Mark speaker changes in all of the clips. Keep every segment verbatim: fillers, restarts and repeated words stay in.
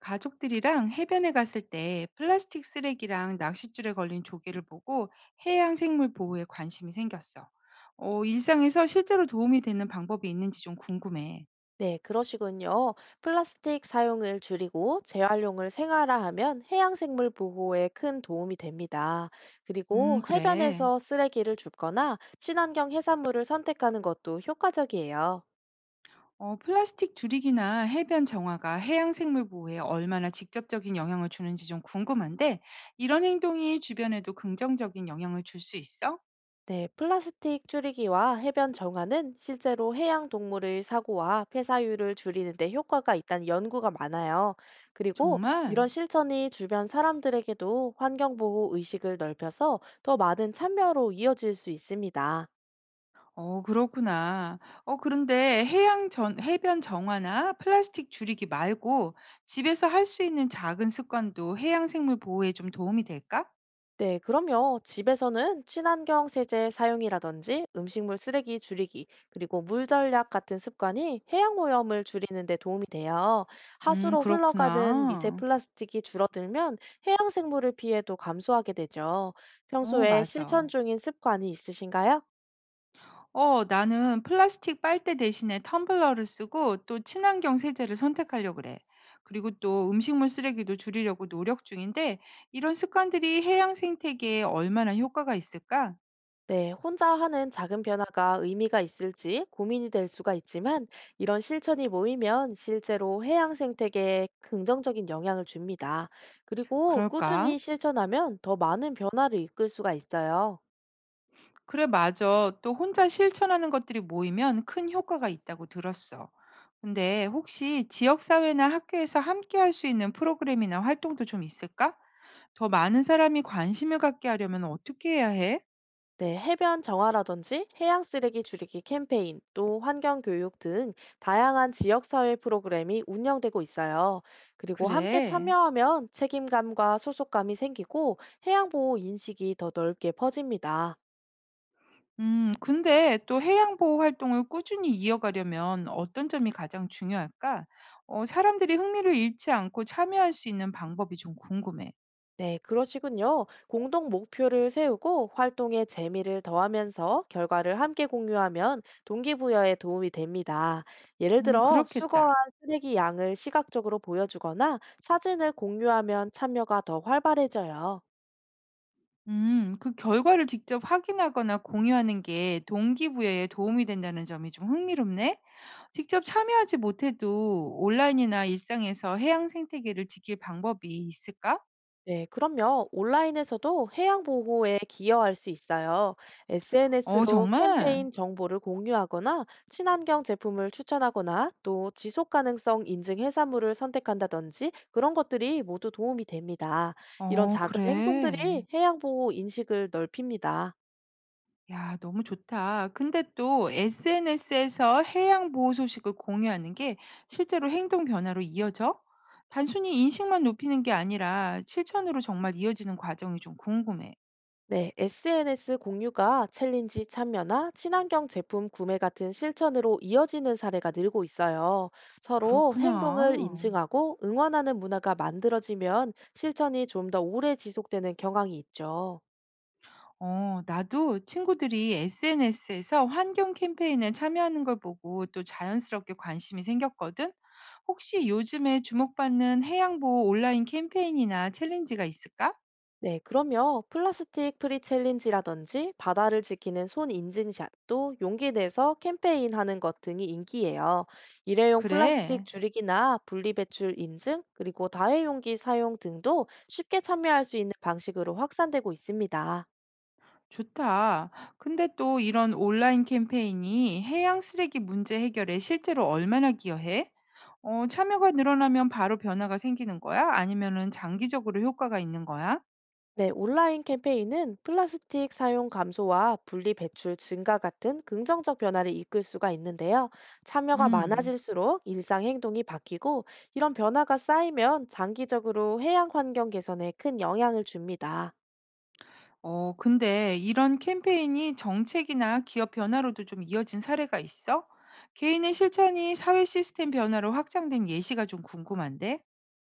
Speaker 1: 가족들이랑 해변에 갔을 때 플라스틱 쓰레기랑 낚싯줄에 걸린 조개를 보고 해양 생물 보호에 관심이 생겼어. 어, 일상에서 실제로 도움이 되는 방법이 있는지 좀 궁금해.
Speaker 2: 네, 그러시군요. 플라스틱 사용을 줄이고 재활용을 생활화하면 해양생물 보호에 큰 도움이 됩니다.
Speaker 1: 음,
Speaker 2: 그리고
Speaker 1: 그래.
Speaker 2: 해변에서 쓰레기를 줍거나 친환경 해산물을 선택하는 것도 효과적이에요.
Speaker 1: 어, 플라스틱 줄이기나 해변 정화가 해양 생물 보호에 얼마나 직접적인 영향을 주는지 좀 궁금한데, 이런 행동이 주변에도 긍정적인 영향을 줄 수 있어?
Speaker 2: 네, 플라스틱 줄이기와 해변 정화는 실제로 해양 동물의 사고와 폐사율을 줄이는 데 효과가 있다는 연구가 많아요. 그리고
Speaker 1: 정말?
Speaker 2: 이런 실천이 주변 사람들에게도 환경보호 의식을 넓혀서 더 많은 참여로 이어질 수 있습니다.
Speaker 1: 어 그렇구나. 어 그런데 해양 전 해변 정화나 플라스틱 줄이기 말고 집에서 할 수 있는 작은 습관도 해양 생물 보호에 좀 도움이 될까?
Speaker 2: 네, 그럼요. 집에서는 친환경 세제 사용이라든지 음식물 쓰레기 줄이기, 그리고 물 절약 같은 습관이 해양 오염을 줄이는 데 도움이 돼요.
Speaker 1: 음
Speaker 2: 하수로 흘러가는 미세
Speaker 1: 그렇구나.
Speaker 2: 플라스틱이 줄어들면 해양 생물을 피해도 감소하게 되죠.
Speaker 1: 어
Speaker 2: 평소에 실천
Speaker 1: 맞아.
Speaker 2: 중인 습관이 있으신가요?
Speaker 1: 어 나는 플라스틱 빨대 대신에 텀블러를 쓰고 또 친환경 세제를 선택하려고 그래. 그리고 또 음식물 쓰레기도 줄이려고 노력 중인데 이런 습관들이 해양 생태계에 얼마나 효과가 있을까?
Speaker 2: 네, 혼자 하는 작은 변화가 의미가 있을지 고민이 될 수가 있지만 이런 실천이 모이면 실제로 해양 생태계에 긍정적인 영향을 줍니다. 그리고
Speaker 1: 그럴까?
Speaker 2: 꾸준히 실천하면 더 많은 변화를 이끌 수가 있어요.
Speaker 1: 그래, 맞아. 또 혼자 실천하는 것들이 모이면 큰 효과가 있다고 들었어. 근데 혹시 지역사회나 학교에서 함께 할 수 있는 프로그램이나 활동도 좀 있을까? 더 많은 사람이 관심을 갖게 하려면 어떻게 해야 해?
Speaker 2: 네, 해변 정화라든지 해양 쓰레기 줄이기 캠페인, 또 환경 교육 등 다양한 지역 사회 프로그램이 운영되고 있어요. 그리고 함께
Speaker 1: 그래.
Speaker 2: 참여하면 책임감과 소속감이 생기고 해양 보호 인식이 더 넓게 퍼집니다.
Speaker 1: 음, 근데 또 해양보호 활동을 꾸준히 이어가려면 어떤 점이 가장 중요할까? 어, 사람들이 흥미를 잃지 않고 참여할 수 있는 방법이 좀 궁금해.
Speaker 2: 네, 그러시군요. 공동 목표를 세우고 활동에 재미를 더하면서 결과를 함께 공유하면 동기부여에 도움이 됩니다. 예를
Speaker 1: 음,
Speaker 2: 들어, 수거한
Speaker 1: 그렇겠다.
Speaker 2: 쓰레기 양을 시각적으로 보여주거나 사진을 공유하면 참여가 더 활발해져요.
Speaker 1: 음, 그 결과를 직접 확인하거나 공유하는 게 동기부여에 도움이 된다는 점이 좀 흥미롭네. 직접 참여하지 못해도 온라인이나 일상에서 해양 생태계를 지킬 방법이 있을까?
Speaker 2: 네, 그럼요. 온라인에서도 해양 보호에 기여할 수 있어요.
Speaker 1: 어,
Speaker 2: 에스엔에스로
Speaker 1: 정말?
Speaker 2: 캠페인 정보를 공유하거나 친환경 제품을 추천하거나 또 지속 가능성 인증 해산물을 선택한다든지 그런 것들이 모두 도움이 됩니다. 이런
Speaker 1: 어,
Speaker 2: 작은 행동들이
Speaker 1: 그래.
Speaker 2: 해양 보호 인식을 넓힙니다.
Speaker 1: 야, 너무 좋다. 근데 또 에스엔에스에서 해양 보호 소식을 공유하는 게 실제로 행동 변화로 이어져? 단순히 인식만 높이는 게 아니라 실천으로 정말 이어지는 과정이 좀 궁금해.
Speaker 2: 네, 에스엔에스 공유가 챌린지 참여나 친환경 제품 구매 같은 실천으로 이어지는 사례가 늘고 있어요. 서로
Speaker 1: 그렇구나.
Speaker 2: 행동을 인증하고 응원하는 문화가 만들어지면 실천이 좀 더 오래 지속되는 경향이 있죠.
Speaker 1: 어, 나도 친구들이 에스엔에스에서 환경 캠페인에 참여하는 걸 보고 또 자연스럽게 관심이 생겼거든. 혹시 요즘에 주목받는 해양보호 온라인 캠페인이나 챌린지가 있을까?
Speaker 2: 네, 그럼요. 플라스틱 프리 챌린지라든지 바다를 지키는 손 인증샷 또 용기 내서 캠페인 하는 것 등이 인기예요. 일회용 플라스틱
Speaker 1: 그래,
Speaker 2: 줄이기나 분리배출 인증, 그리고 다회용기 사용 등도 쉽게 참여할 수 있는 방식으로 확산되고 있습니다.
Speaker 1: 좋다. 근데 또 이런 온라인 캠페인이 해양 쓰레기 문제 해결에 실제로 얼마나 기여해? 어, 참여가 늘어나면 바로 변화가 생기는 거야? 아니면은 장기적으로 효과가 있는 거야?
Speaker 2: 네, 온라인 캠페인은 플라스틱 사용 감소와 분리 배출 증가 같은 긍정적 변화를 이끌 수가 있는데요. 참여가
Speaker 1: 음.
Speaker 2: 많아질수록 일상 행동이 바뀌고 이런 변화가 쌓이면 장기적으로 해양 환경 개선에 큰 영향을 줍니다.
Speaker 1: 어, 근데 이런 캠페인이 정책이나 기업 변화로도 좀 이어진 사례가 있어? 개인의 실천이 사회 시스템 변화로 확장된 예시가 좀 궁금한데?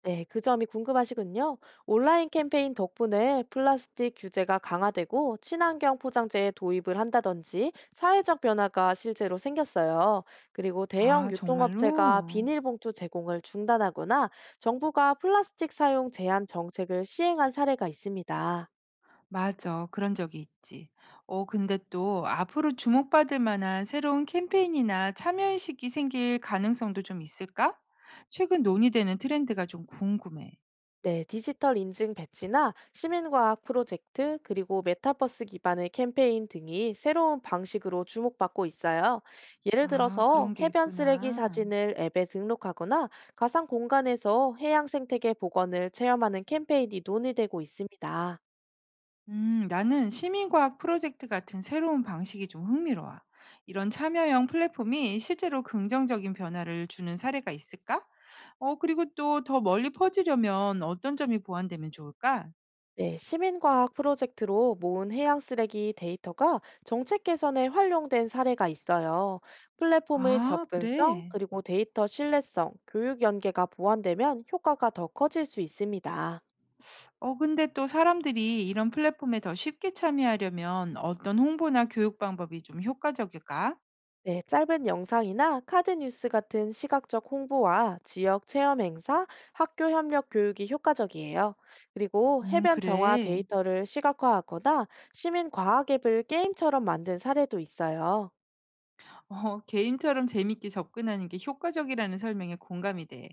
Speaker 2: 네, 그 점이 궁금하시군요. 온라인 캠페인 덕분에 플라스틱 규제가 강화되고 친환경 포장재의 도입을 한다든지 사회적 변화가 실제로 생겼어요. 그리고 대형
Speaker 1: 아,
Speaker 2: 유통업체가
Speaker 1: 정말로?
Speaker 2: 비닐봉투 제공을 중단하거나 정부가 플라스틱 사용 제한 정책을 시행한 사례가 있습니다.
Speaker 1: 맞아. 그런 적이 있지. 어, 근데 또 앞으로 주목받을 만한 새로운 캠페인이나 참여의식이 생길 가능성도 좀 있을까? 최근 논의되는 트렌드가 좀 궁금해.
Speaker 2: 네, 디지털 인증 배지나 시민과학 프로젝트, 그리고 메타버스 기반의 캠페인 등이 새로운 방식으로 주목받고 있어요. 예를
Speaker 1: 아,
Speaker 2: 들어서
Speaker 1: 그런 게
Speaker 2: 해변 쓰레기
Speaker 1: 있구나.
Speaker 2: 사진을 앱에 등록하거나 가상 공간에서 해양 생태계 복원을 체험하는 캠페인이 논의되고 있습니다.
Speaker 1: 음, 나는 시민과학 프로젝트 같은 새로운 방식이 좀 흥미로워. 이런 참여형 플랫폼이 실제로 긍정적인 변화를 주는 사례가 있을까? 어, 그리고 또 더 멀리 퍼지려면 어떤 점이 보완되면 좋을까?
Speaker 2: 네, 시민과학 프로젝트로 모은 해양 쓰레기 데이터가 정책 개선에 활용된 사례가 있어요. 플랫폼의
Speaker 1: 아,
Speaker 2: 접근성,
Speaker 1: 그래.
Speaker 2: 그리고 데이터 신뢰성, 교육 연계가 보완되면 효과가 더 커질 수 있습니다.
Speaker 1: 어, 근데 또 사람들이 이런 플랫폼에 더 쉽게 참여하려면 어떤 홍보나 교육 방법이 좀 효과적일까?
Speaker 2: 네, 짧은 영상이나 카드 뉴스 같은 시각적 홍보와 지역 체험 행사, 학교 협력 교육이 효과적이에요. 그리고
Speaker 1: 음,
Speaker 2: 해변 정화
Speaker 1: 그래.
Speaker 2: 데이터를 시각화하거나 시민 과학 앱을 게임처럼 만든 사례도 있어요.
Speaker 1: 어, 게임처럼 재밌게 접근하는 게 효과적이라는 설명에 공감이 돼.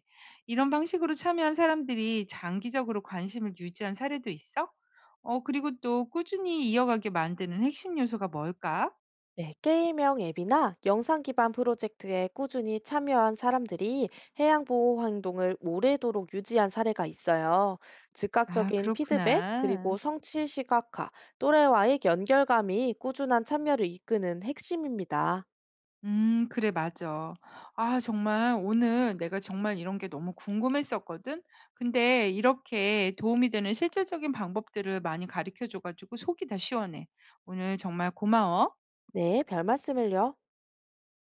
Speaker 1: 이런 방식으로 참여한 사람들이 장기적으로 관심을 유지한 사례도 있어? 어, 그리고 또 꾸준히 이어가게 만드는 핵심 요소가 뭘까?
Speaker 2: 네, 게임형 앱이나 영상 기반 프로젝트에 꾸준히 참여한 사람들이 해양 보호 행동을 오래도록 유지한 사례가 있어요.
Speaker 1: 아,
Speaker 2: 즉각적인 피드백, 그리고
Speaker 1: 그렇구나.
Speaker 2: 성취 시각화, 또래와의 연결감이 꾸준한 참여를 이끄는 핵심입니다.
Speaker 1: 음, 그래, 맞아. 아, 정말 오늘 내가 정말 이런 게 너무 궁금했었거든? 근데 이렇게 도움이 되는 실질적인 방법들을 많이 가르쳐 줘가지고 속이 다 시원해. 오늘 정말 고마워.
Speaker 2: 네, 별 말씀을요.